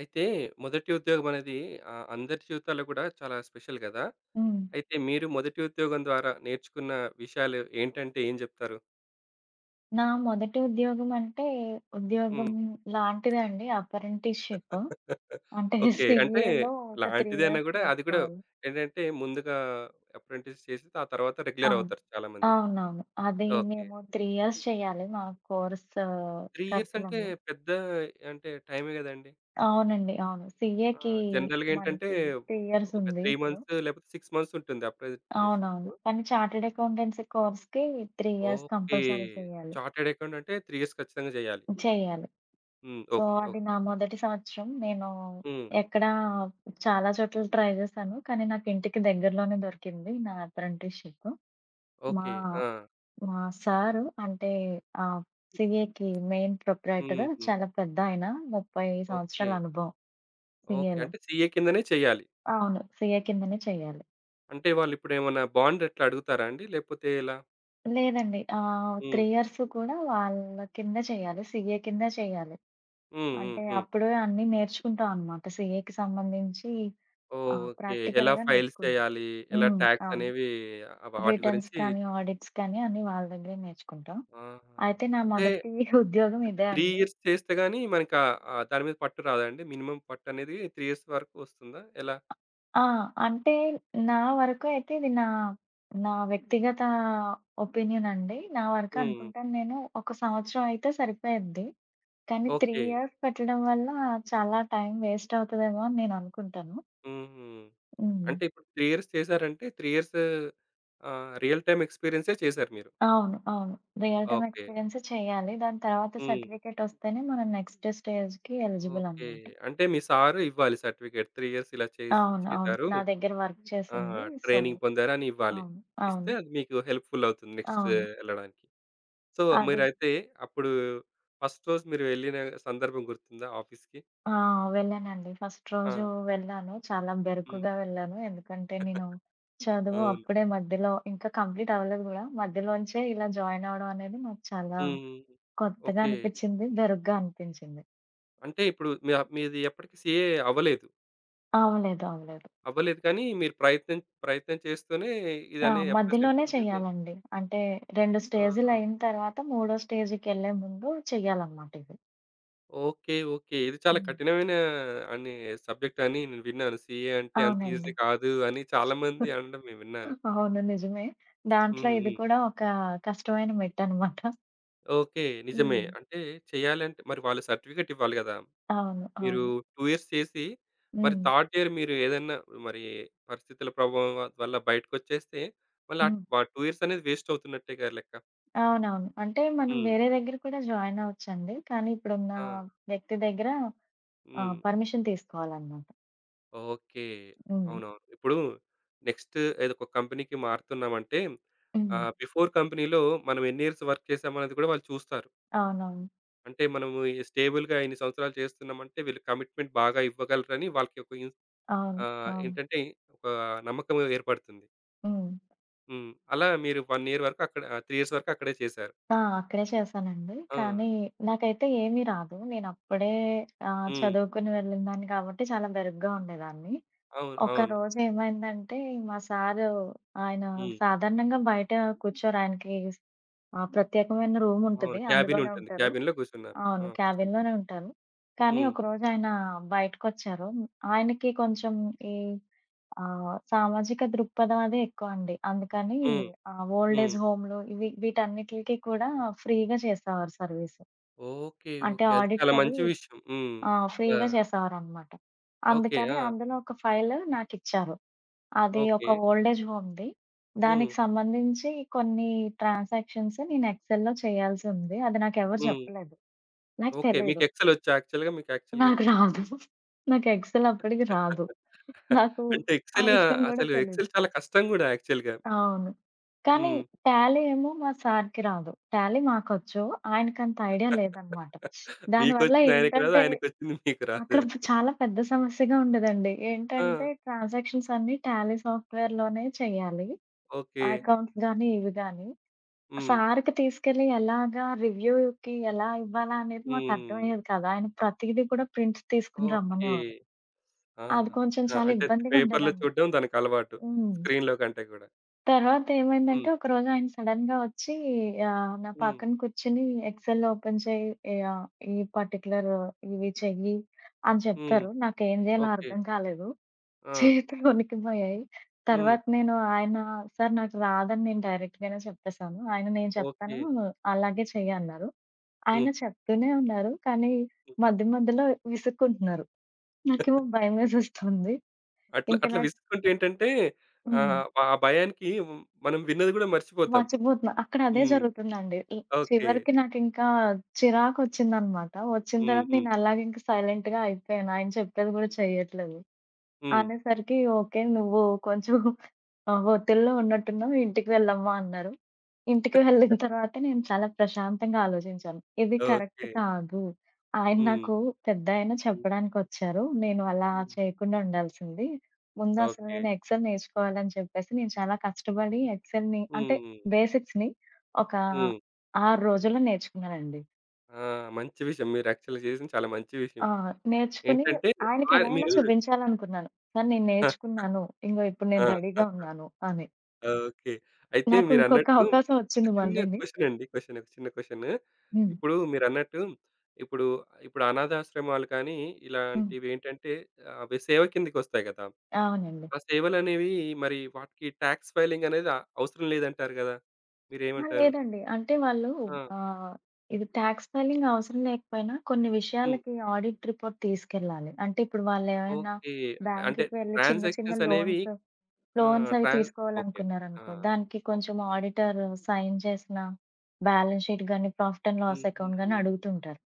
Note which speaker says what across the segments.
Speaker 1: అయితే మొదటి ఉద్యోగం అనేది అందరి జీవితాల్లో కూడా చాలా స్పెషల్ గదా!
Speaker 2: హ్మ్.
Speaker 1: అయితే మీరు మొదటి ఉద్యోగం ద్వారా నేర్చుకున్న విషయాలు ఏంటంటే ఏం జెప్తారు?
Speaker 2: నా మొదటి ఉద్యోగం అంటే, ఉద్యోగం
Speaker 1: హ్మ్.
Speaker 2: లాంటిదే అండి. అప్రెంటిస్‌షిప్. అంటే
Speaker 1: ఓకే. అంటే
Speaker 2: సీఏలో ఒక 3
Speaker 1: లాంటిదే అన్నా
Speaker 2: ఇయర్స్
Speaker 1: గూడా అది కూడా
Speaker 2: నేర్చుకోవాలి.
Speaker 1: ఏంటంటే ముందుగా అప్రెంటిస్ చేసి ఆ తర్వాత రెగ్యులర్
Speaker 2: అవును.
Speaker 1: అవుతారు చాలామంది.
Speaker 2: అవునవును. అది
Speaker 1: ఓకే.
Speaker 2: మేము 3 ఇయర్స్ చేయాలి మా కోర్స్
Speaker 1: 3 ఇయర్స్ అంటే
Speaker 2: కరిక్యులంలో.
Speaker 1: పెద్ద అంటే టైమే గదండీ!
Speaker 2: అవునండి. అవును.
Speaker 1: ఆ!
Speaker 2: సీఏకి
Speaker 1: జనరల్‌గా ఏంటంటే
Speaker 2: మనకి 3 ఇయర్స్
Speaker 1: ఒక
Speaker 2: ఉంది
Speaker 1: 3
Speaker 2: ఇప్పుడు.
Speaker 1: మంత్స్ లేకపోతే 6 మంత్స్ ఉంటుంది అప్రెంటిస్‌షిప్.
Speaker 2: అవునవును. కానీ చార్టర్డ్ అకౌంటెన్సీ కోర్స్‌కి 3 ఇయర్స్
Speaker 1: ఓకే.
Speaker 2: కంపల్సరీ చేయాలి.
Speaker 1: చార్టర్డ్ అకౌంటెంట్ అంటే 3 ఇయర్స్ ఖచ్చితంగా జేయాలి.
Speaker 2: చేయాలి.
Speaker 1: హ్మ్.
Speaker 2: So,
Speaker 1: okay. ఓకే.
Speaker 2: అది నా మొదటి సంవత్సరం. నేను
Speaker 1: హ్మ్.
Speaker 2: ఎక్కడా చాలా చోట్ల ట్రై జేశాను. కానీ నాకు ఇంటికి దగ్గరలోనే దొరికింది నా అప్రెంటిస్‌షిప్. మా
Speaker 1: ఓకే. ఆ!
Speaker 2: మా సారు అంటే ఆహ్, సీఏకి మెయిన్ ప్రొప్రైటర్
Speaker 1: హుహు.
Speaker 2: చాలా పెద్దాయన. 30
Speaker 1: ఓకే.
Speaker 2: సంవత్సరాల అనుభవం
Speaker 1: ఓకే.
Speaker 2: సీఏలో.
Speaker 1: అంటే సీఏ కిందనే చేయాలి.
Speaker 2: అవును. సీఏ కిందనే చేయాలి.
Speaker 1: అంటే వాళ్ళిప్పుడేమన్నా బాండ్ అట్లా అడుగుతారా అండి? లేపోతే ఎలా?
Speaker 2: లేదండి. 3
Speaker 1: హ్మ్.
Speaker 2: ఇయర్స్ కూడా వాళ్ళ కింద చేయాలి. సీఏ కింద చేయాలి.
Speaker 1: హ్మ్. హ్మ్.
Speaker 2: అంటే
Speaker 1: హ్మ్.
Speaker 2: అప్పుడే అన్నీ నేర్చుకుంటాం అనమాట. సీఏకి సంబంధించి ఆ!
Speaker 1: ఓకే. ఎలా
Speaker 2: ప్రాక్టికల్‌గా
Speaker 1: ఫైల్స్
Speaker 2: నేర్చుకుంటాం.
Speaker 1: చేయాలి? ఎలా
Speaker 2: హ్మ్.
Speaker 1: టాక్స్
Speaker 2: అవును.
Speaker 1: అనేవి వాటి
Speaker 2: రిటర్న్స్
Speaker 1: గురించి
Speaker 2: కానీ, ఆడిట్స్ కానీ అన్నీ వాళ్ళ దగ్గరే నేర్చుకుంటాం.
Speaker 1: ఆహా!
Speaker 2: అయితే నా
Speaker 1: అంటే,
Speaker 2: మొదటి ఉద్యోగం
Speaker 1: అంటే
Speaker 2: ఇదే
Speaker 1: 3
Speaker 2: అండి.
Speaker 1: ఇయర్స్ చేస్తే గాని మనకా దాని మీద పట్టు రాదా అండి? మినిమమ్ పట్టనేది 3 ఇయర్స్ వరకు వస్తుందా? ఎలా?
Speaker 2: ఆ! అంటే నా వరకు అయితే ఇది నా నా వ్యక్తిగత ఒపీనియన్ అండి. నా వరకు
Speaker 1: హ్మ్.
Speaker 2: అనుకుంటాను నేను. ఒక సంవత్సరం అయితే సరిపోయేది. కానీ 3
Speaker 1: ఓకే.
Speaker 2: ఇయర్స్ పెట్టడం వల్ల చాలా టైం వేస్ట్ అవుతదేమో అని నేను అనుకుంటాను.
Speaker 1: హుహు.
Speaker 2: హ్మ్.
Speaker 1: అంటే ఇప్పుడు 3 ఇయర్స్ చేశారంటే 3 ఇయర్స్ రియల్ టైమ్ ఎక్స్‌పీరియన్సే చేశారు మీరు.
Speaker 2: అవును. అవును. Real time
Speaker 1: okay.
Speaker 2: ఎక్స్‌పీరియన్స్ చేయాలి. దాని తర్వాత
Speaker 1: హ్మ్.
Speaker 2: సర్టిఫికేటొస్తేనే మనం నెక్స్ట్ స్టేజ్‌కి ఎలిజిబుల్
Speaker 1: ఓకే.
Speaker 2: అనమాట.
Speaker 1: అంటే మీ సారు ఇవ్వాలి సర్టిఫికేట్. 3 ఇయర్స్ ఇలా చేసి
Speaker 2: అవును. అవును.
Speaker 1: చేశారు.
Speaker 2: నా దగ్గర వర్క్
Speaker 1: ఆ!
Speaker 2: చేసింది. సో,
Speaker 1: ట్రైనింగ్ పొందారని ఇవ్వాలి.
Speaker 2: అవును.
Speaker 1: ఇస్తే
Speaker 2: అవును.
Speaker 1: అది మీకు హెల్ప్‌ఫుల్ అవుతుంది నెక్స్ట్
Speaker 2: అవును.
Speaker 1: ఎళ్ళడానికి. సో,
Speaker 2: అది
Speaker 1: మీరైతే అప్పుడు ఫస్ట్ రోజు మీరు వెళ్ళిన సందర్భం గుర్తుందా ఆఫీస్‌కి?
Speaker 2: ఆ! వెళ్ళానండి. ఫస్ట్
Speaker 1: ఆ!
Speaker 2: రోజు వెళ్ళాను. చాలా
Speaker 1: హ్మ్.
Speaker 2: బెరుకుగా వెళ్ళాను. ఎందుకంటే నేను చదువు
Speaker 1: అవును.
Speaker 2: అప్పుడే మధ్యలో ఇంకా కంప్లీట్ అవ్వలేదు గూడా. మధ్యలోంచే ఇలా జాయిన్ అవ్వడం అనేది నాకు చాలా
Speaker 1: హ్మ్.
Speaker 2: కొత్తగా
Speaker 1: ఓకే.
Speaker 2: అనిపిచ్చింది. బెరుగ్గా అనిపించింది.
Speaker 1: అంటే ఇప్పుడు మీ మీది ఎప్పటికి సీఏ అవ్వలేదు.
Speaker 2: అవ్వలేదు. అవ్వలేదు.
Speaker 1: అవ్వలేదు కానీ మీరు ప్రయత్నం ప్రయత్నం చేస్తూనే
Speaker 2: ఆ!
Speaker 1: ఇదనే ఎఫ్ఎస్
Speaker 2: మధ్యలోనే
Speaker 1: ఇంటర్ అనేది
Speaker 2: చెయ్యాలండి. అంటే 2
Speaker 1: ఆహా!
Speaker 2: స్టేజులయిన తర్వాత మూడో స్టేజ్‌కెళ్ళే ముందు చెయ్యాలనమాట ఇది.
Speaker 1: ఓకే. ఓకే. ఇది చాలా
Speaker 2: హ్మ్.
Speaker 1: కఠినమైన అని సబ్జెక్ట్ అని నేను విన్నాను. సీఏ అంటే అంత
Speaker 2: అవునండి.
Speaker 1: ఈజీ కాదు అని చాలామంది అనడం నేను విన్నాను.
Speaker 2: అవును. నిజమే. దాంట్లో
Speaker 1: హ్మ్.
Speaker 2: ఇది
Speaker 1: హ్మ్.
Speaker 2: కూడా ఒక కష్టమైన మెట్టనమాట.
Speaker 1: ఓకే. నిజమే.
Speaker 2: హ్మ్.
Speaker 1: అంటే చేయాలంటే మరి వాళ్ళు సర్టిఫికేట్ ఇవ్వాలి గదా!
Speaker 2: అవును.
Speaker 1: మీరు
Speaker 2: అవును.
Speaker 1: 2 ఇయర్స్ చేసి మరి
Speaker 2: హ్మ్.
Speaker 1: థర్డ్ ఇయర్ మీరు ఏదన్నా మరి పరిస్థితుల ప్రభావం వల్ల బయటకొచ్చేస్తే మళ్ళీ ఆ
Speaker 2: హ్మ్.
Speaker 1: 2 ఇయర్స్ అనేది వేస్ట్ అవుతున్నట్టేగా లెక్క.
Speaker 2: అవునవును. అంటే మనం
Speaker 1: హ్మ్.
Speaker 2: వేరే దగ్గర కూడా జాయిన్ అవ్వచ్చండి. కానీ ఇప్పుడున్న
Speaker 1: ఆ!
Speaker 2: వ్యక్తి దగ్గర
Speaker 1: హ్మ్.
Speaker 2: పర్మిషన్ తీసుకోవాలనమాట.
Speaker 1: ఓకే.
Speaker 2: హ్మ్.
Speaker 1: అవునవును. ఇప్పుడు నెక్స్ట్ ఏదో ఒక కంపెనీకి మారుతున్నామంటే
Speaker 2: హ్మ్.
Speaker 1: బిఫోర్ కంపెనీలో మనం ఎన్ని ఇయర్స్ వర్క్ చేసామనేది కూడా వాళ్ళు చూస్తారు.
Speaker 2: అవునవును.
Speaker 1: అంటే మనము స్టేబుల్‌గా ఇన్ని సంవత్సరాలు చేస్తున్నామంటే వీళ్ళు కమిట్మెంట్ బాగా ఇవ్వగలరని వాళ్ళకి ఒక ఇన్
Speaker 2: అవును. అవును.
Speaker 1: ఏంటంటే ఒక నమ్మకం ఏర్పడుతుంది.
Speaker 2: హ్మ్.
Speaker 1: హ్మ్. అలా మీరు 1 ఇయర్ వరకు అక్కడ 3 ఇయర్స్ వరకు అక్కడే చేశారు.
Speaker 2: ఆ! అక్కడే చేశానండి.
Speaker 1: ఆ!
Speaker 2: కానీ నాకైతే ఏమీ రాదు. నేనప్పుడే
Speaker 1: హ్మ్.
Speaker 2: చదువుకొని వెళ్ళినదాన్ని కాబట్టి చాలా బెరుగ్గా ఉండేదాన్ని.
Speaker 1: అవును. అవును.
Speaker 2: ఒకరోజు ఏమైందంటే మా సారు ఆయన
Speaker 1: హ్మ్.
Speaker 2: సాధారణంగా బయట కూర్చోరు. ఆయనకి ప్రత్యేకమైన
Speaker 1: అవును.
Speaker 2: రూముంటది. అందులోనే
Speaker 1: క్యాబినుంటుంది.
Speaker 2: ఉంటారు.
Speaker 1: క్యాబిన్‌లో కూర్చున్నారు. ఆ!
Speaker 2: అవును.
Speaker 1: కూర్చుంటారు.
Speaker 2: క్యాబిన్‌లోనే ఉంటారు. కానీ
Speaker 1: హ్మ్.
Speaker 2: ఒకరోజు ఆయన బయటకొచ్చారు. ఆయనకి కొంచెం ఈ ఆ! సామాజిక దృక్పథం అదే ఎక్కువండి. అందుకని
Speaker 1: హ్మ్.
Speaker 2: ఓల్డ్
Speaker 1: హ్మ్.
Speaker 2: ఏజ్ హోమ్‌లు ఇవి వీటన్నిటిలికి కూడా ఫ్రీగా చేసేవారు సర్వీసు.
Speaker 1: ఓకే.
Speaker 2: అంటే
Speaker 1: ఓకే. అది చాలా
Speaker 2: ఆడిట్స్ అవి
Speaker 1: మంచి విషయం. హ్మ్. అలా
Speaker 2: ఫ్రీగా చేసేవారనమాట.
Speaker 1: ఓకే.
Speaker 2: అందుకని
Speaker 1: ఆ!
Speaker 2: అందులో ఒక ఫైల్ నాకిచ్చారు. అది ఒక
Speaker 1: ఓకే.
Speaker 2: Old age హోమ్‌ది.
Speaker 1: హ్మ్.
Speaker 2: దానికి సంబంధించి కొన్ని ట్రాన్సాక్షన్స్ నేను ఎక్సెల్‌లో చేయాల్సి ఉంది. అది నాకెవరు
Speaker 1: హ్మ్.
Speaker 2: చెప్పలేదు. నాకు
Speaker 1: ఓకే. మీకు
Speaker 2: తెలీదు.
Speaker 1: ఎక్సెలొచ్చా యాక్చువల్‌గా మీకు యాక్చువల్‌గా
Speaker 2: నాకు
Speaker 1: అయితే?
Speaker 2: రాదు. నాకు ఎక్సెల్ అప్పటికి రాదు. నాకు
Speaker 1: అంటే
Speaker 2: ఆ
Speaker 1: ఎక్సెల్
Speaker 2: విషయం గూడా
Speaker 1: అసలు
Speaker 2: తెలీదు.
Speaker 1: ఎక్సెల్ చాలా కష్టం గూడా యాక్చువల్‌గా.
Speaker 2: అవును. కానీ
Speaker 1: హ్మ్.
Speaker 2: టాలీ ఏమో మా సార్‌కి రాదు. టాలీ మాకొచ్చు. ఆయనకంత ఐడియా లేదనమాట. దానివల్ల
Speaker 1: మీకొచ్చింది ఆయనకి రాదు.
Speaker 2: ఏంటంటే,
Speaker 1: ఆయనకొచ్చింది మీకు రాదు.
Speaker 2: అక్కడ చాలా పెద్ద సమస్యగా ఉండేదండి.
Speaker 1: ఆ!
Speaker 2: ఏంటంటే ట్రాన్సాక్షన్స్ అన్నీ టాలీ సాఫ్ట్‌వేర్‌లోనే చేయాలి.
Speaker 1: ఓకే.
Speaker 2: అకౌంట్స్ గానీ, ఇవి గానీ.
Speaker 1: హ్మ్.
Speaker 2: సార్‌కి తీసుకెళ్ళి ఎలాగా రివ్యూకి ఎలా ఇవ్వాలా అనేది
Speaker 1: హ్మ్.
Speaker 2: మాకర్థమయ్యేది కాదు. ఆయన ప్రతీదీ కూడా ప్రింట్స్ తీసుకొని
Speaker 1: ఓకే.
Speaker 2: రమ్మనేవారు.
Speaker 1: ఆ!
Speaker 2: అది కొంచెం
Speaker 1: ఆ!
Speaker 2: చాలా
Speaker 1: అంటే
Speaker 2: ఇబ్బందిగా
Speaker 1: పేపర్‌లో
Speaker 2: ఉండేదనమాట.
Speaker 1: చూడడం దానికలవాటు.
Speaker 2: హ్మ్.
Speaker 1: స్క్రీన్‌లో కంటే గూడా.
Speaker 2: తర్వాత
Speaker 1: హ్మ్.
Speaker 2: ఏమైందంటే, ఒకరోజు ఆయన సడెన్‌గా వచ్చి నా
Speaker 1: హ్మ్.
Speaker 2: పక్కన కూర్చొని ఎక్సెల్ ఓపెన్ చేయి, యాహ్, ఈ పర్టిక్యులర్ ఇవి చెయ్యి అని
Speaker 1: హ్మ్.
Speaker 2: చెప్పారు. నాకేం జేయాలో
Speaker 1: ఓకే.
Speaker 2: అర్థం కాలేదు.
Speaker 1: ఆ!
Speaker 2: చేతులు వణికిపోయాయి.
Speaker 1: హ్మ్.
Speaker 2: తర్వాత నేను ఆయన "సార్ నాకు రాదని నేను డైరెక్ట్‌గానే చెప్పేసాను. ఆయన నేను చెప్తాను
Speaker 1: ఓకే.
Speaker 2: అలాగే చెయ్యి" అన్నారు. ఆయన
Speaker 1: హ్మ్.
Speaker 2: చెప్తూనే ఉన్నారు. కానీ
Speaker 1: హ్మ్.
Speaker 2: మధ్య మధ్యలో విసుక్కుంటున్నారు. నాకేమో భయమేసేస్తుంది.
Speaker 1: అట్లా
Speaker 2: ఇంక
Speaker 1: అట్లా
Speaker 2: నాకు
Speaker 1: విసుక్కుంటే ఏంటంటే
Speaker 2: హ్మ్.
Speaker 1: ఆ భయానికి మనం విన్నది గూడా మర్చిపోతాం.
Speaker 2: మర్చిపోతున్నా. అక్కడ అదే
Speaker 1: హ్మ్.
Speaker 2: జరుగుతుందండి.
Speaker 1: ఓకే.
Speaker 2: చివరికి నాకింకా చిరాకొచ్చిందనమాట. వచ్చిన
Speaker 1: హ్మ్.
Speaker 2: తర్వాత
Speaker 1: హ్మ్.
Speaker 2: నేను అలాగే ఇంక సైలెంట్‌గా అయిపోయాను. ఆయన చెప్పేది గూడా చెయ్యట్లేదు.
Speaker 1: హ్మ్.
Speaker 2: అనేసరికి ఓకే. నువ్వు కొంచెం ఒత్తిడిలో ఉన్నట్టున్నావు. ఇంటికి వెళ్ళమ్మా అన్నారు. ఇంటికి వెళ్ళిన తర్వాత నేను చాలా ప్రశాంతంగా ఆలోచించాను. ఇది కరెక్ట్
Speaker 1: ఓకే.
Speaker 2: కాదు. ఆయన
Speaker 1: హ్మ్.
Speaker 2: నాకు పెద్దాయన
Speaker 1: హ్మ్.
Speaker 2: చెప్పడానికొచ్చారు. నేను అలా
Speaker 1: హ్మ్.
Speaker 2: చేయకుండా ఉండాల్సింది. ముందు అసలు
Speaker 1: ఓకే.
Speaker 2: నేను ఎక్సెల్ నేర్చుకోవాలని చెప్పేసి నేను చాలా కష్టపడి ఎక్సెల్‌ని అంటే
Speaker 1: హ్మ్.
Speaker 2: బేసిక్స్‌ని ఒక
Speaker 1: హ్మ్.
Speaker 2: 6 రోజుల్లో నేర్చుకున్నానండి.
Speaker 1: ఆ! మంచి విషయం. మీరు యాక్చువల్‌గా చేసింది చాలా మంచి విషయం.
Speaker 2: ఆ! నేర్చుకుని
Speaker 1: ఏంటంటే
Speaker 2: ఆయనకెలా అయినా
Speaker 1: మీరు
Speaker 2: చూపించాలనుకున్నాను. సార్ నేను
Speaker 1: ఆ!
Speaker 2: నేర్చుకున్నాను. ఇంగో ఇప్పుడు
Speaker 1: ఆ!
Speaker 2: నేను రెడీగా ఉన్నాను అని.
Speaker 1: ఓకే. అయితే
Speaker 2: నాకు ఇంకొక
Speaker 1: మీరన్నట్టు
Speaker 2: అవకాశం
Speaker 1: ఒక
Speaker 2: వచ్చింది
Speaker 1: చిన్న
Speaker 2: మళ్ళీని.
Speaker 1: క్వెషన్ అండి. క్వెషన్ ఒక చిన్న క్వెషన్.
Speaker 2: హ్మ్.
Speaker 1: ఇప్పుడు మీరన్నట్టు ఇప్పుడు, ఇప్పుడు అనాథాశ్రమాలు కానీ
Speaker 2: హ్మ్.
Speaker 1: ఇలాంటివేంటంటే అవి సేవ కిందకొస్తాయి కదా!
Speaker 2: అవునండి.
Speaker 1: ఆ సేవలనేవి మరి వాటికి టాక్స్ ఫైలింగ్ అనేది అవసరం లేదంటారు కదా!
Speaker 2: ఆ!
Speaker 1: మీరేమంటారు?
Speaker 2: లేదండి. అంటే వాళ్ళు
Speaker 1: ఆ!
Speaker 2: ఆహ్, ఇది టాక్స్ ఫైలింగ్ అవసరం లేకపోయినా కొన్ని
Speaker 1: హ్మ్.
Speaker 2: విషయాలకి ఆడిట్ రిపోర్ట్ తీసుకెళ్ళాలి. అంటే ఇప్పుడు వాళ్ళేమైనా
Speaker 1: ఓకే. అంటే
Speaker 2: బ్యాంక్‌కి వెళ్లి చిన్న చిన్న
Speaker 1: ట్రాన్సాక్షన్స్ అనేవి ఆ!
Speaker 2: లోన్స్ అవి
Speaker 1: ట్రాన్ ఓకే. ఓకే ఆ!
Speaker 2: తీసుకోవాలనుకున్నారనుకో, దానికి
Speaker 1: ఓహ్!
Speaker 2: కొంచెం ఆడిటర్ సైన్ చేసిన బ్యాలెన్స్ షీట్ గాని, ప్రాఫిట్ అండ్ లాస్
Speaker 1: హుహు.
Speaker 2: అకౌంట్ గాని అడుగుతుంటారు.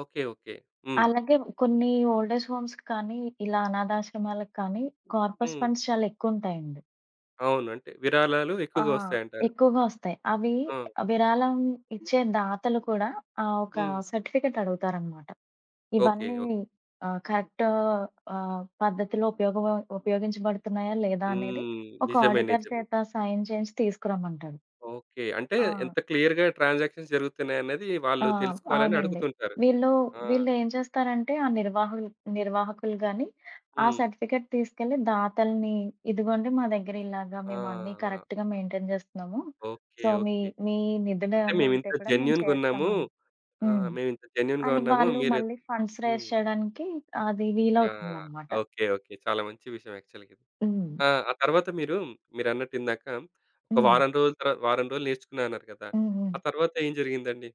Speaker 1: ఓకే. ఓకే. హ్మ్.
Speaker 2: అలాగే కొన్ని ఓల్డ్ ఏజ్ హోమ్స్‌కి కానీ, ఇలా అనాథాశ్రమాలకు కానీ, కార్పస్
Speaker 1: హ్మ్.
Speaker 2: ఫండ్స్ చాలా ఎక్కువుంటాయండి.
Speaker 1: అవును. అంటే విరాళాలు
Speaker 2: ఆ!
Speaker 1: ఎక్కువగా వస్తాయంటారు.
Speaker 2: ఎక్కువగా వస్తాయి. అవి
Speaker 1: ఆ!
Speaker 2: విరాళం ఇచ్చే దాతలు కూడా ఒక
Speaker 1: హ్మ్.
Speaker 2: సర్టిఫికేట్ అడుగుతారనమాట.
Speaker 1: ఓకే.
Speaker 2: ఇవన్నీ
Speaker 1: ఓకే.
Speaker 2: కరెక్ట్ పద్ధతిలో ఉపయోగించబడుతున్నాయా లేదా అనేది
Speaker 1: హ్మ్.
Speaker 2: ఒక
Speaker 1: నిజమే.
Speaker 2: ఆడిటర్
Speaker 1: నిజమే.
Speaker 2: చేత సైన్ చేయించి తీసుకురమ్మంటాడు.
Speaker 1: ఓకే. అంటే
Speaker 2: ఆ!
Speaker 1: ఎంత క్లియర్‌గా ట్రాన్సాక్షన్స్ జరుగుతున్నాయన్నది
Speaker 2: ఆ!
Speaker 1: వాళ్ళు తెలుసుకోవాలని
Speaker 2: అవునండి.
Speaker 1: అడుగుతుంటారు.
Speaker 2: వీళ్ళు
Speaker 1: ఆ!
Speaker 2: వీళ్ళేం చేస్తారంటే ఆ నిర్వాహకులు నిర్వాహకులు గాని, ఆ
Speaker 1: హ్మ్.
Speaker 2: సర్టిఫికేట్ తీసుకెళ్ళి దాతల్ని, "ఇదిగోండి మా దగ్గర ఇలాగా మేము అన్నీ
Speaker 1: ఆ!
Speaker 2: కరెక్ట్‌గా మెయింటైన్ జేస్తున్నాము.
Speaker 1: ఓకే.
Speaker 2: సో, మీ
Speaker 1: ఓకే.
Speaker 2: మీ
Speaker 1: అంటే
Speaker 2: నిధులేమన్నా
Speaker 1: మేమింత
Speaker 2: ఉంటే కూడా మేము
Speaker 1: జెన్యూన్‌గా ఉన్నాము.
Speaker 2: చేస్తామని."
Speaker 1: ఆ!
Speaker 2: హ్మ్.
Speaker 1: మేమింత జెన్యూన్‌గా
Speaker 2: అని
Speaker 1: ఉన్నాము.
Speaker 2: వాళ్ళు
Speaker 1: మీరు
Speaker 2: మళ్ళీ ఫండ్స్ రైజ్
Speaker 1: హ్మ్.
Speaker 2: చేయడానికి అది
Speaker 1: యాహ్!
Speaker 2: వీలవుతుందనమాట.
Speaker 1: ఓకే. ఓకే. చాలా మంచి విషయం యాక్చువల్‌గా ఇది.
Speaker 2: హ్మ్.
Speaker 1: ఆ! ఆ తర్వాత మీరు మీరన్నట్టు ఇందాక ఒక
Speaker 2: హ్మ్.
Speaker 1: వారం రోజుల తర్వా వారం రోజులు నేర్చుకున్నా అన్నారు కదా!
Speaker 2: హ్మ్. హ్మ్.
Speaker 1: ఆ తర్వాత ఏం జరిగిందండి?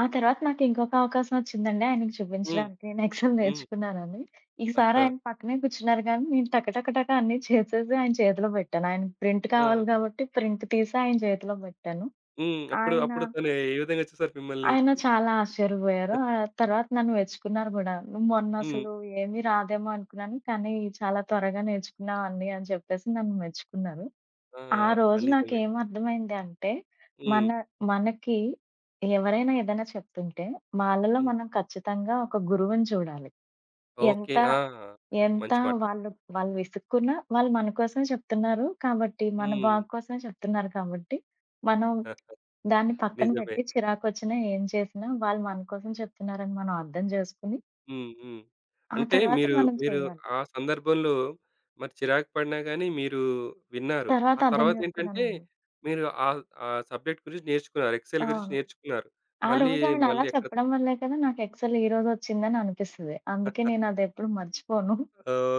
Speaker 2: ఆ తర్వాత నాకింకొక అవకాశం వచ్చిందండి ఆయనకి
Speaker 1: హ్మ్.
Speaker 2: చూపించడానికి. నేను ఎక్సెల్
Speaker 1: హ్మ్.
Speaker 2: నేర్చుకున్నానని. ఈసారి ఆయన పక్కనే కూర్చున్నారు గానీ, నేను టక టక టక అన్నీ చేసేసి ఆయన చేతిలో పెట్టాను. ఆయనకి ప్రింట్
Speaker 1: ఆ!
Speaker 2: కావాలి గాబట్టి, ప్రింట్ తీసి ఆయన చేతిలో పెట్టాను.
Speaker 1: హ్మ్. అప్పుడు
Speaker 2: ఆయన,
Speaker 1: అప్పుడు తను ఏ విధంగా చూసారు మిమ్మల్ని?
Speaker 2: ఆయన చాలా ఆశ్చర్యపోయారు. ఆ తర్వాత నన్ను మెచ్చుకున్నారు గూడా. "నువ్వు
Speaker 1: హ్మ్.
Speaker 2: మొన్నసలు ఏమీ రాదేమో అనుకున్నాను, కానీ చాలా త్వరగా నేర్చుకున్నావు అన్నీ" అని చెప్పేసి నన్ను మెచ్చుకున్నారు. ఆ
Speaker 1: ఆ!
Speaker 2: రోజు
Speaker 1: నిజమే.
Speaker 2: నాకేమర్థమైంది అంటే,
Speaker 1: హ్మ్.
Speaker 2: మన మనకి ఎవరైనా ఏదైనా చెప్తుంటే, వాళ్ళలో
Speaker 1: హ్మ్.
Speaker 2: మనం ఖచ్చితంగా ఒక గురువుని చూడాలి.
Speaker 1: ఓకే.
Speaker 2: ఎంత,
Speaker 1: ఆ!
Speaker 2: ఎంత
Speaker 1: మంచి మాట.
Speaker 2: వాళ్ళు వాళ్ళు విసుక్కున్నా, వాళ్ళు మన కోసమే చెప్తున్నారు కాబట్టి, మన
Speaker 1: హ్మ్.
Speaker 2: బాగు కోసమే చెప్తున్నారు కాబట్టి, మనం దాన్ని పక్కన
Speaker 1: నిజమే.
Speaker 2: పెట్టి చిరాకొచ్చినా, ఏం చేసినా వాళ్ళు మన కోసం చెప్తున్నారని మనం అర్థం జేసుకొని,
Speaker 1: హ్మ్. హ్మ్.
Speaker 2: ఆ
Speaker 1: అంటే
Speaker 2: తర్వాత
Speaker 1: మీరు
Speaker 2: మనం
Speaker 1: మీరు
Speaker 2: చేయాలి.
Speaker 1: ఆ సందర్భంలో మరి చిరాకు పడినా గాని మీరు విన్నారు.
Speaker 2: తర్వాత
Speaker 1: ఆ
Speaker 2: అర్థం
Speaker 1: తర్వాతేంటంటే
Speaker 2: జేసుకున్నానండి.
Speaker 1: మీరు ఆ సబ్జెక్ట్ గురించి నేర్చుకున్నారు.
Speaker 2: ఆ!
Speaker 1: ఎక్సెల్ గురించి నేర్చుకున్నారు.
Speaker 2: ఆ
Speaker 1: మళ్ళీ
Speaker 2: రోజు ఆవిడ అలా
Speaker 1: మళ్ళీ ఎక్కడ
Speaker 2: చెప్పడం వల్లే కదా నాకు ఎక్సెల్ ఈరోజొచ్చిందని అనిపిస్తది. అందుకే నేనదెప్పుడు మర్చిపోను.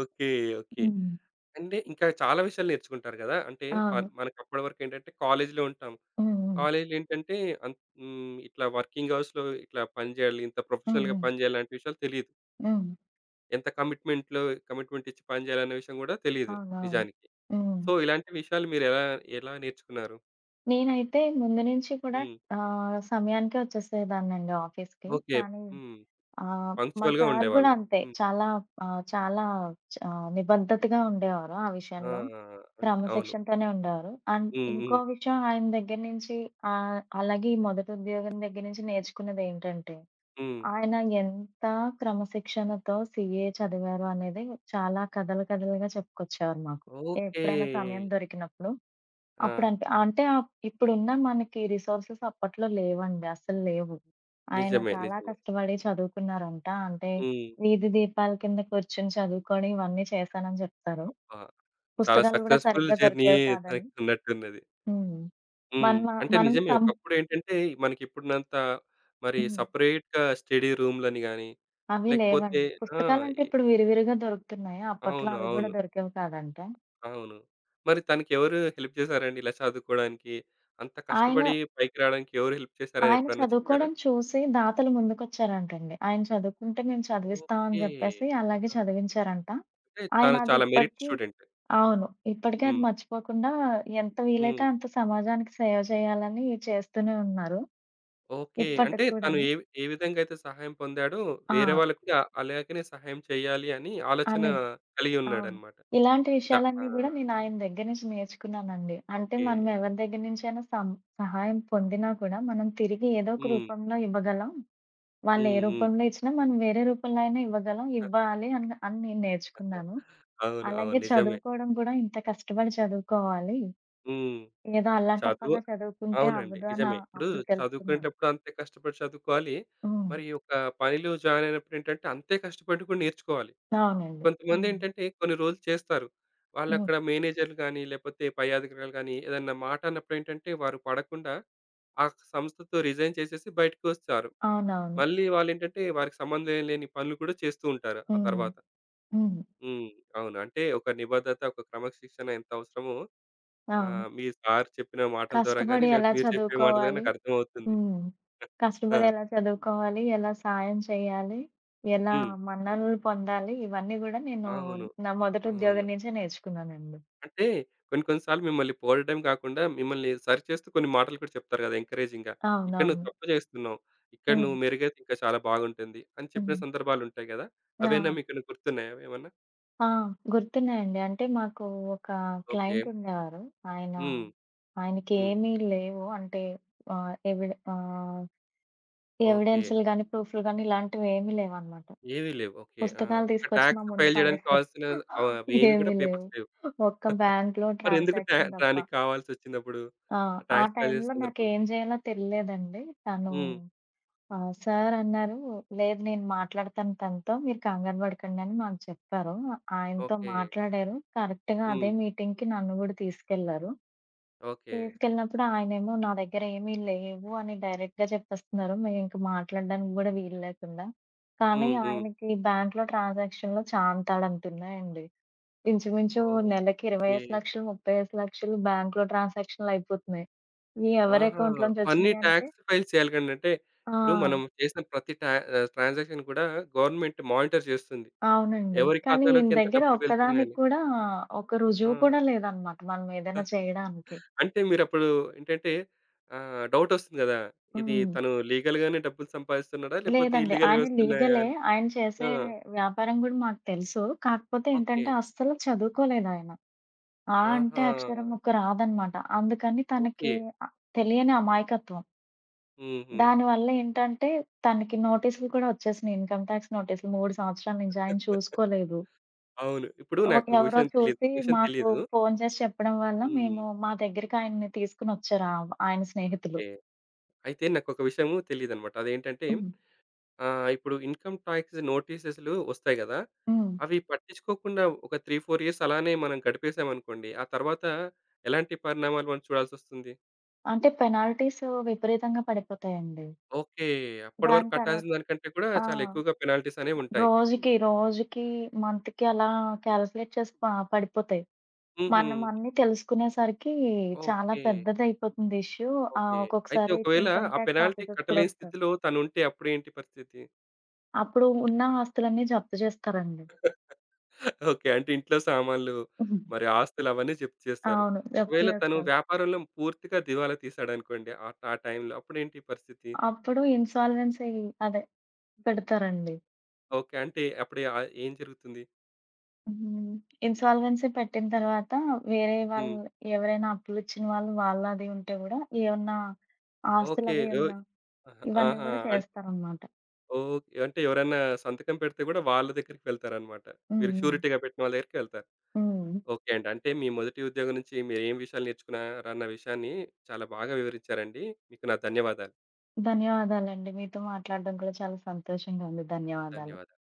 Speaker 1: ఓకే. ఓకే.
Speaker 2: హ్మ్.
Speaker 1: అంటే ఇంకా చాలా విషయాలు నేర్చుకుంటారు గదా! అంటే ప
Speaker 2: అవును.
Speaker 1: మనకప్పటి వరకేంటంటే కాలేజీలో ఉంటాం.
Speaker 2: హ్మ్. హ్మ్.
Speaker 1: కాలేజీలో ఏంటంటే అన్ హ్మ్. ఇట్లా వర్కింగ్ అవర్స్‌లో ఇట్లా పని చేయాలి, ఇంత
Speaker 2: హ్మ్.
Speaker 1: ప్రొఫెషనల్‌గా
Speaker 2: హ్మ్.
Speaker 1: పని చేయాలి లాంటి విషయాలు తెలీదు.
Speaker 2: హ్మ్.
Speaker 1: ఎంత కమిట్మెంట్‌లో కమిట్మెంట్ ఇచ్చి పని చేయాలనే విషయం కూడా తెలీదు
Speaker 2: అవునవును.
Speaker 1: నిజానికి.
Speaker 2: హ్మ్.
Speaker 1: సో, ఇలాంటి విషయాలు మీరు ఎలా ఎలా నేర్చుకున్నారు?
Speaker 2: నేనైతే ముందు నుంచి కూడా
Speaker 1: హ్మ్.
Speaker 2: సమయానికే వచ్చేసేదాన్నండి ఆఫీస్‌కి.
Speaker 1: ఓకే.
Speaker 2: కానీ
Speaker 1: హ్మ్.
Speaker 2: ఆహ్, మా
Speaker 1: పంక్చువల్‌గా
Speaker 2: సార్ గూడా
Speaker 1: ఉండేవాళ్ళు.
Speaker 2: అంతే.
Speaker 1: హ్మ్.
Speaker 2: చాలా నిబద్ధతగా ఉండేవారు ఆ
Speaker 1: ఆ!
Speaker 2: విషయంలో.
Speaker 1: అంటే అవును.
Speaker 2: క్రమశిక్షణతోనే ఉండేవారు. అండ్
Speaker 1: హ్మ్. హ్మ్.
Speaker 2: ఇంకో విషయం ఆయన దగ్గర నుంచి అలాగే ఈ మొదటి ఉద్యోగం దగ్గర నుంచి నేర్చుకున్నదేంటంటే
Speaker 1: హ్మ్.
Speaker 2: ఆయన ఎంత క్రమశిక్షణతో సీఏ చదివారు అనేది చాలా కథలు కథలుగా చెప్పుకొచ్చేవారు మాకు.
Speaker 1: ఓకే.
Speaker 2: ఎప్పుడైనా సమయం దొరికినప్పుడు.
Speaker 1: ఆ!
Speaker 2: అప్పుడంటే అంటే ఇప్పుడున్న మనకి రిసోర్సెస్ అప్పట్లో లేవండి. అస్సలు లేవు. ఆయన
Speaker 1: నిజమే.
Speaker 2: చాలా
Speaker 1: నిజమే.
Speaker 2: కష్టపడి చదువుకున్నారంట. అంటే
Speaker 1: హ్మ్.
Speaker 2: వీధి దీపాల కింద కూర్చొని చదువుకోవడం ఇవన్నీ చేశానని చెప్తారు.
Speaker 1: అబ్బా! చాలా
Speaker 2: పుస్తకాలు గూడా
Speaker 1: సక్సెస్‌ఫుల్
Speaker 2: సరిగ్గా
Speaker 1: జర్నీ
Speaker 2: దొరికేవి కాదని.
Speaker 1: తనకున్నట్టున్నది.
Speaker 2: హ్మ్.
Speaker 1: హ్మ్.
Speaker 2: మనం
Speaker 1: అంటే
Speaker 2: మనం
Speaker 1: నిజమే.
Speaker 2: సం
Speaker 1: ఒకప్పుడేంటంటే మనకిప్పుడున్నంత మరి
Speaker 2: హ్మ్.
Speaker 1: సెపరేట్‌గా స్టడీ రూమ్‌లని గాని,
Speaker 2: అవి
Speaker 1: లేకపోతే
Speaker 2: లేవండి.
Speaker 1: ఆ!
Speaker 2: పుస్తకాలంటే
Speaker 1: ఎ
Speaker 2: ఇప్పుడు విరివిరిగా దొరుకుతున్నాయి. అప్పట్లో
Speaker 1: అవును.
Speaker 2: అవి గూడా
Speaker 1: అవును.
Speaker 2: దొరికేవి కాదంట.
Speaker 1: అవును. మరి తనకెవరు హెల్ప్ చేశారండి ఇలా చదువుకోవడానికి? అంత
Speaker 2: ఆయన,
Speaker 1: కష్టపడి పైకి రావడానికి ఎవరు హెల్ప్ చేశారని
Speaker 2: ఆయన
Speaker 1: ఎప్పుడన్నా చెప్పారా?
Speaker 2: చదువుకోవడం చూసి దాతలు ముందుకొచ్చారంటండి. ఆయన చదువుకుంటే మేము చదివిస్తాం అని
Speaker 1: ఓకే.
Speaker 2: జెప్పేసి అలాగే
Speaker 1: ఆహా!
Speaker 2: చదివించారంట.
Speaker 1: అంటే
Speaker 2: ఆయన
Speaker 1: తను
Speaker 2: అది
Speaker 1: చాలా మెరిట్
Speaker 2: ఇప్పటికి
Speaker 1: స్టూడెంట్.
Speaker 2: అవును. ఇప్పటికీ అది
Speaker 1: హ్మ్.
Speaker 2: మర్చిపోకుండా ఎంత
Speaker 1: హ్మ్.
Speaker 2: వీలైతే అంత సమాజానికి సేవ చేయాలని చేస్తూనే ఉన్నారు.
Speaker 1: ఓకే. అంటే
Speaker 2: ఇప్పటికి
Speaker 1: తను
Speaker 2: కూడాని.
Speaker 1: ఏ ఏ విధంగా అయితే సహాయం పొందాడో,
Speaker 2: ఆ!
Speaker 1: వేరే వాళ్ళకి కూడా అలాగనే సహాయం చేయాలి అని ఆలోచన
Speaker 2: అని.
Speaker 1: కలిగి
Speaker 2: అవును.
Speaker 1: ఉన్నాడన్నమాట.
Speaker 2: ఇలాంటి
Speaker 1: చ ఆ!
Speaker 2: విషయాలన్నీ గూడా నేను ఆయన దగ్గర నుంచి నేర్చుకున్నానండి. అంటే
Speaker 1: ఓకే.
Speaker 2: మనం ఎవరి దగ్గర నుంచైనా సహాయం పొందినా కూడా మనం తిరిగి ఏదో ఒక
Speaker 1: హ్మ్.
Speaker 2: రూపంలో ఇవ్వగలం. వాళ్ళు ఏ
Speaker 1: హ్మ్. హ్మ్.
Speaker 2: రూపంలో ఇచ్చినా మనం వేరే రూపంలో అయినా ఇవ్వగలం. ఇవ్వాలి అని అని నేను నేర్చుకున్నాను.
Speaker 1: అవును. అవును.
Speaker 2: అలాగే
Speaker 1: నిజమే.
Speaker 2: చదువుకోవడం కూడా ఇంత కష్టపడి చదువుకోవాలి.
Speaker 1: హ్మ్.
Speaker 2: ఏదో
Speaker 1: చదువు
Speaker 2: అల్లాటప్పగా చదువుకుంటే
Speaker 1: అవునండి.
Speaker 2: అవ్వదు అని
Speaker 1: నిజమే. ఇప్పుడు
Speaker 2: అప్పుడు తెలుసుకున్నాను.
Speaker 1: చదువుకునేటప్పుడు అంతే కష్టపడి చదువుకోవాలి.
Speaker 2: హ్మ్.
Speaker 1: మరి ఒక పనిలో జాయిన్ అయినప్పుడేంటంటే అంతే కష్టపడి కూడా నేర్చుకోవాలి.
Speaker 2: అవునండి. హ్మ్.
Speaker 1: కొంతమందేంటంటే కొన్ని రోజులు చేస్తారు.
Speaker 2: హ్మ్.
Speaker 1: వాళ్ళక్కడ మేనేజర్‌లు గాని, లేపోతే పై అధికారులు గాని ఏదన్నా మాట అన్నప్పుడేంటంటే వారు పడకుండా ఆ సంస్థతో రిజైన్ చేసేసి బయటికొస్తారు.
Speaker 2: అవునవును.
Speaker 1: మళ్ళీ వాళ్ళేంటంటే వారికి సంబంధం లేని పనులు కూడా చేస్తూ ఉంటారు ఆ
Speaker 2: హ్మ్.
Speaker 1: తర్వాత.
Speaker 2: హ్మ్.
Speaker 1: హ్మ్. అవును. అంటే ఒక నిబద్ధత, ఒక క్రమశిక్షణ ఎంత అవసరమో
Speaker 2: అవును.
Speaker 1: మీ సార్ చెప్పిన మాటల ద్వారా గాని,
Speaker 2: కష్టపడి ఎలా
Speaker 1: లేకపోతే మీరు చెప్పే మాటలు గాని
Speaker 2: చదువుకోవాలి?
Speaker 1: నాకు అర్థమవుతుంది.
Speaker 2: హ్మ్.
Speaker 1: ఆ!
Speaker 2: కష్టపడి ఎలా చదువుకోవాలి? ఎలా సాయం చేయాలి? ఎలా
Speaker 1: హ్మ్.
Speaker 2: మన్ననలు పొందాలి? ఇవన్నీ గూడా నేను
Speaker 1: అవును.
Speaker 2: నా మొదటి
Speaker 1: అవును.
Speaker 2: ఉద్యోగం నుంచే నేర్చుకున్నానండి.
Speaker 1: అంటే కొన్ని కొన్ని సార్లు మిమ్మల్ని పొగడటం కాకుండా మిమ్మల్ని సరిచేస్తూ కొన్ని మాటలు కూడా చెప్తారు కదా! ఎంకరేజింగ్‌గా. ఇక్కడ నువ్వు
Speaker 2: అవునవును.
Speaker 1: తప్పు చేస్తున్నావు. ఇక్కడ
Speaker 2: హ్మ్.
Speaker 1: నువ్వు మెరుగైతే ఇంకా చాలా బాగుంటుంది అని చెప్పిన
Speaker 2: హ్మ్.
Speaker 1: సందర్భాలుంటాయి కదా!
Speaker 2: ఆ!
Speaker 1: అవేనా మీకు గుర్తున్నాయా ఏమన్నా?
Speaker 2: ఆ! గుర్తున్నాయండి. అంటే మాకు ఒక
Speaker 1: ఓకే.
Speaker 2: క్లయింట్ ఉండేవారు. ఆయన
Speaker 1: హ్మ్. హ్మ్.
Speaker 2: ఆయనకేమీ లేవు. అంటే ఆహ్, ఎవిడ ఆహ్,
Speaker 1: ఓకే.
Speaker 2: ఎవిడెన్స్‌లు గాని, ప్రూఫ్‌లు గాని ఇలాంటివేమీ లేవనమాట.
Speaker 1: ఏవి లేవు. ఓకే. ఆ!
Speaker 2: పుస్తకాలు
Speaker 1: ఒక
Speaker 2: తీసుకొచ్చి మా
Speaker 1: టాక్స్
Speaker 2: ముందు
Speaker 1: ఫైల్ చేయడానికి
Speaker 2: పడేస్తారు.
Speaker 1: కావాల్సిన అవేమి కూడా
Speaker 2: ఏమి
Speaker 1: పేపర్స్
Speaker 2: లేవు.
Speaker 1: లేవు.
Speaker 2: ఒక్క బ్యాంక్‌లో
Speaker 1: మరెందుకు టా
Speaker 2: ట్రాన్సాక్షన్ తప్ప.
Speaker 1: దానికి కావాల్సొచ్చిందప్పుడు?
Speaker 2: ఆ!
Speaker 1: ఆ
Speaker 2: ఆ
Speaker 1: టాక్స్ ఫైల్ చేసే
Speaker 2: టైంలో
Speaker 1: సందర్భం?
Speaker 2: నాకేం చేయాలో తెలియలేదండి. తను
Speaker 1: హ్మ్.
Speaker 2: సార్ అన్నారు, "లేదు నేను మాట్లాడతాను తనతో. మీరు కంగారు పడకండి" అని మాకు చెప్పారు. ఆయనతో
Speaker 1: ఓకే.
Speaker 2: మాట్లాడారు. కరెక్ట్‌గా
Speaker 1: హ్మ్.
Speaker 2: అదే మీటింగ్‌కి నన్ను కూడా తీసుకెళ్లారు.
Speaker 1: ఓకే.
Speaker 2: తీసుకెళ్ళినప్పుడు ఆయనేమో నా దగ్గర ఏమీ లేవు అని డైరెక్ట్‌గా చెప్పేస్తున్నారు. మేమింక మాట్లాడడానికి గూడా వీలు లేకుండా. కానీ
Speaker 1: హ్మ్. హ్మ్.
Speaker 2: ఆయనకి బ్యాంక్‌లో ట్రాన్సాక్షన్‌లో చాంతాడంతున్నాయండి. ఇంచుమించు నెలకి
Speaker 1: ఓకే.
Speaker 2: 25,00,000, 35,00,000 బ్యాంక్‌లో ట్రాన్సాక్షన్‌లు అయిపోతున్నాయి. ఇయి ఎవరి
Speaker 1: ఆహా!
Speaker 2: అకౌంట్‌లోంచి
Speaker 1: అవన్నీ
Speaker 2: ఒచ్చినియంటే
Speaker 1: టాక్స్ ఫైల్ చేయాలి గానీ అంటే,
Speaker 2: ఆ!
Speaker 1: ఇప్పుడు మనం చేసిన ప్రతి టా ట్రాన్సాక్షన్ కూడా గవర్నమెంట్ మానిటర్ చేస్తుంది.
Speaker 2: అవునండి.
Speaker 1: ఎవరి
Speaker 2: కానీ ఈయన
Speaker 1: ఖాతాలోకి ఎంత
Speaker 2: దగ్గర
Speaker 1: డబ్బులు
Speaker 2: ఒక్కదానికి
Speaker 1: వెళ్తున్నాయని.
Speaker 2: కూడా ఒక
Speaker 1: ఆ!
Speaker 2: రుజువు కూడా లేదనమాట. మనమేదైనా చేయడానికి.
Speaker 1: అంటే మీరప్పుడు ఏంటంటే డౌటొస్తుంది గదా! ఇది
Speaker 2: హ్మ్.
Speaker 1: తను లీగల్‌గానే డబ్బులు సంపాదిస్తున్నాడా? లేపోతే
Speaker 2: లేదండి.
Speaker 1: ఇల్లీగల్‌గా
Speaker 2: ఆయన
Speaker 1: వస్తున్నాయా
Speaker 2: లీగలే.
Speaker 1: అని?
Speaker 2: ఆయన
Speaker 1: ఆ!
Speaker 2: చేసే వ్యాపారం గూడా మాకు తెలుసు. కాకపోతే
Speaker 1: ఓకే.
Speaker 2: ఏంటంటే అస్సలు చదువుకోలేదాయన. ఆ అంటే
Speaker 1: ఆహా!
Speaker 2: అక్షరం ముక్క రాదనమాట. అందుకని
Speaker 1: ఓకే.
Speaker 2: తనకి తెలియని అమాయకత్వం.
Speaker 1: హుహు.
Speaker 2: దానివల్ల ఏంటంటే తనకి నోటీసులు కూడా వచ్చేసినియి. ఇన్‌కమ్ టాక్స్ నోటీసులు 3 సంవత్సరాల నుంచి. ఆయన చూసుకోలేదు.
Speaker 1: అవును. ఇప్పుడు నాకొక
Speaker 2: ఎవరో
Speaker 1: విషయం తెలీదు.
Speaker 2: చూసి
Speaker 1: ఒక విషయం
Speaker 2: మాకు
Speaker 1: తెలీదు.
Speaker 2: ఫోను చేసి చెప్పడం వల్ల
Speaker 1: హ్మ్.
Speaker 2: మేము మా దగ్గరికి ఆయన్ని తీసుకొనొచ్చారు. ఆయన స్నేహితులు.
Speaker 1: ఓకే. అయితే నాకొక విషయము తెలీదనమాట. అదేంటంటే
Speaker 2: హ్మ్.
Speaker 1: ఇప్పుడు ఇన్‌కమ్ టాక్స్ నోటీసెస్‌లు ఒస్తాయి గదా!
Speaker 2: హ్మ్.
Speaker 1: అవి పట్టించుకోకుండా ఒక 3, 4 ఇయర్స్ అలానే మనం గడిపేసామనుకోండి, ఆ తర్వాత ఎలాంటి పరిణామాలు మనం చూడాల్సొస్తుంది?
Speaker 2: అంటే పెనాల్టీస్ విపరీతంగా పడిపోతాయండి.
Speaker 1: ఓకే. అప్పటి వరకు
Speaker 2: దాని తర్వా
Speaker 1: కట్టాల్సిన దానికంటే కూడా
Speaker 2: ఆ!
Speaker 1: చాలా ఎక్కువగా పెనాల్టీస్ అనేవుంటాయి.
Speaker 2: రోజుకి, మంత్‌కి అలా కాలిక్యులేట్ చేసి పడిపోతాయి.
Speaker 1: హుహు.
Speaker 2: మనం అన్నీ తెలుసుకునేసరికి చాలా
Speaker 1: ఓకే.
Speaker 2: పెద్దదయిపోతుంది ఇష్యూ.
Speaker 1: ఓకే. అయితే
Speaker 2: ఒక్కొక్కసారి
Speaker 1: ఒకవేళ
Speaker 2: ఇన్‌కమ్
Speaker 1: ఆ
Speaker 2: టాక్స్
Speaker 1: పెనాల్టీ
Speaker 2: ఆఫీసర్స్ కూడా
Speaker 1: కట్టలేని
Speaker 2: వస్తారు.
Speaker 1: స్థితిలో తనుంటే అప్పుడేంటి పరిస్థితి?
Speaker 2: అప్పుడు ఉన్న ఆస్తులన్నీ జప్తు జేస్తారండి.
Speaker 1: ఓకే. అంటే ఇంట్లో సామాన్లు, మరి ఆస్తులు అవన్నీ జప్తు చేస్తారు.
Speaker 2: అవును. జప్తు
Speaker 1: ఒకవేళ తను
Speaker 2: జేస్తారు.
Speaker 1: వ్యాపారంలో పూర్తిగా దివాలా తీశాడనుకోండి ఆ ఆ టైంలో అప్పుడేంటి పరిస్థితి?
Speaker 2: అప్పుడు ఇన్సాల్వెన్సీ అదే పెడతారండి.
Speaker 1: ఓకే. అంటే అప్పుడు ఏం జరుగుతుంది?
Speaker 2: హ్మ్. ఇన్సాల్వెన్సీ పెట్టిన తర్వాత వేరే
Speaker 1: హ్మ్.
Speaker 2: వాళ్ళు ఎవరైనా అప్పులిచ్చిన వాళ్ళు వాళ్ళది ఉంటే గూడా ఏమన్నా
Speaker 1: ఓకే.
Speaker 2: ఆస్తులవి ఉన్న
Speaker 1: ఓహ్!
Speaker 2: ఇవన్నీ
Speaker 1: ఆహా!
Speaker 2: గూడా
Speaker 1: అన్
Speaker 2: చేస్తారనమాట.
Speaker 1: ఓకే. అంటే ఎవరైనా సంతకం పెడితే కూడా వాళ్ళ దగ్గరికి వెళ్తారన్నమాట.
Speaker 2: హ్మ్.
Speaker 1: వీరు
Speaker 2: హ్మ్.
Speaker 1: షూరిటీగా పెట్టిన వాళ్ళ దగ్గరికి వెళ్తారు.
Speaker 2: హ్మ్.
Speaker 1: ఓకే అండి. అంటే మీ మొదటి ఉద్యోగం నుంచి మీరేం విషయాలు నేర్చుకున్నారన్న విషయాన్ని చాలా బాగా వివరించారండి. మీకు నా ధన్యవాదాలు.
Speaker 2: ధన్యవాదాలండి. మీతో మాట్లాడడం కూడా చాలా సంతోషంగా ఉంది. ధన్యవాదాలు.
Speaker 1: ధన్యవాదాలు.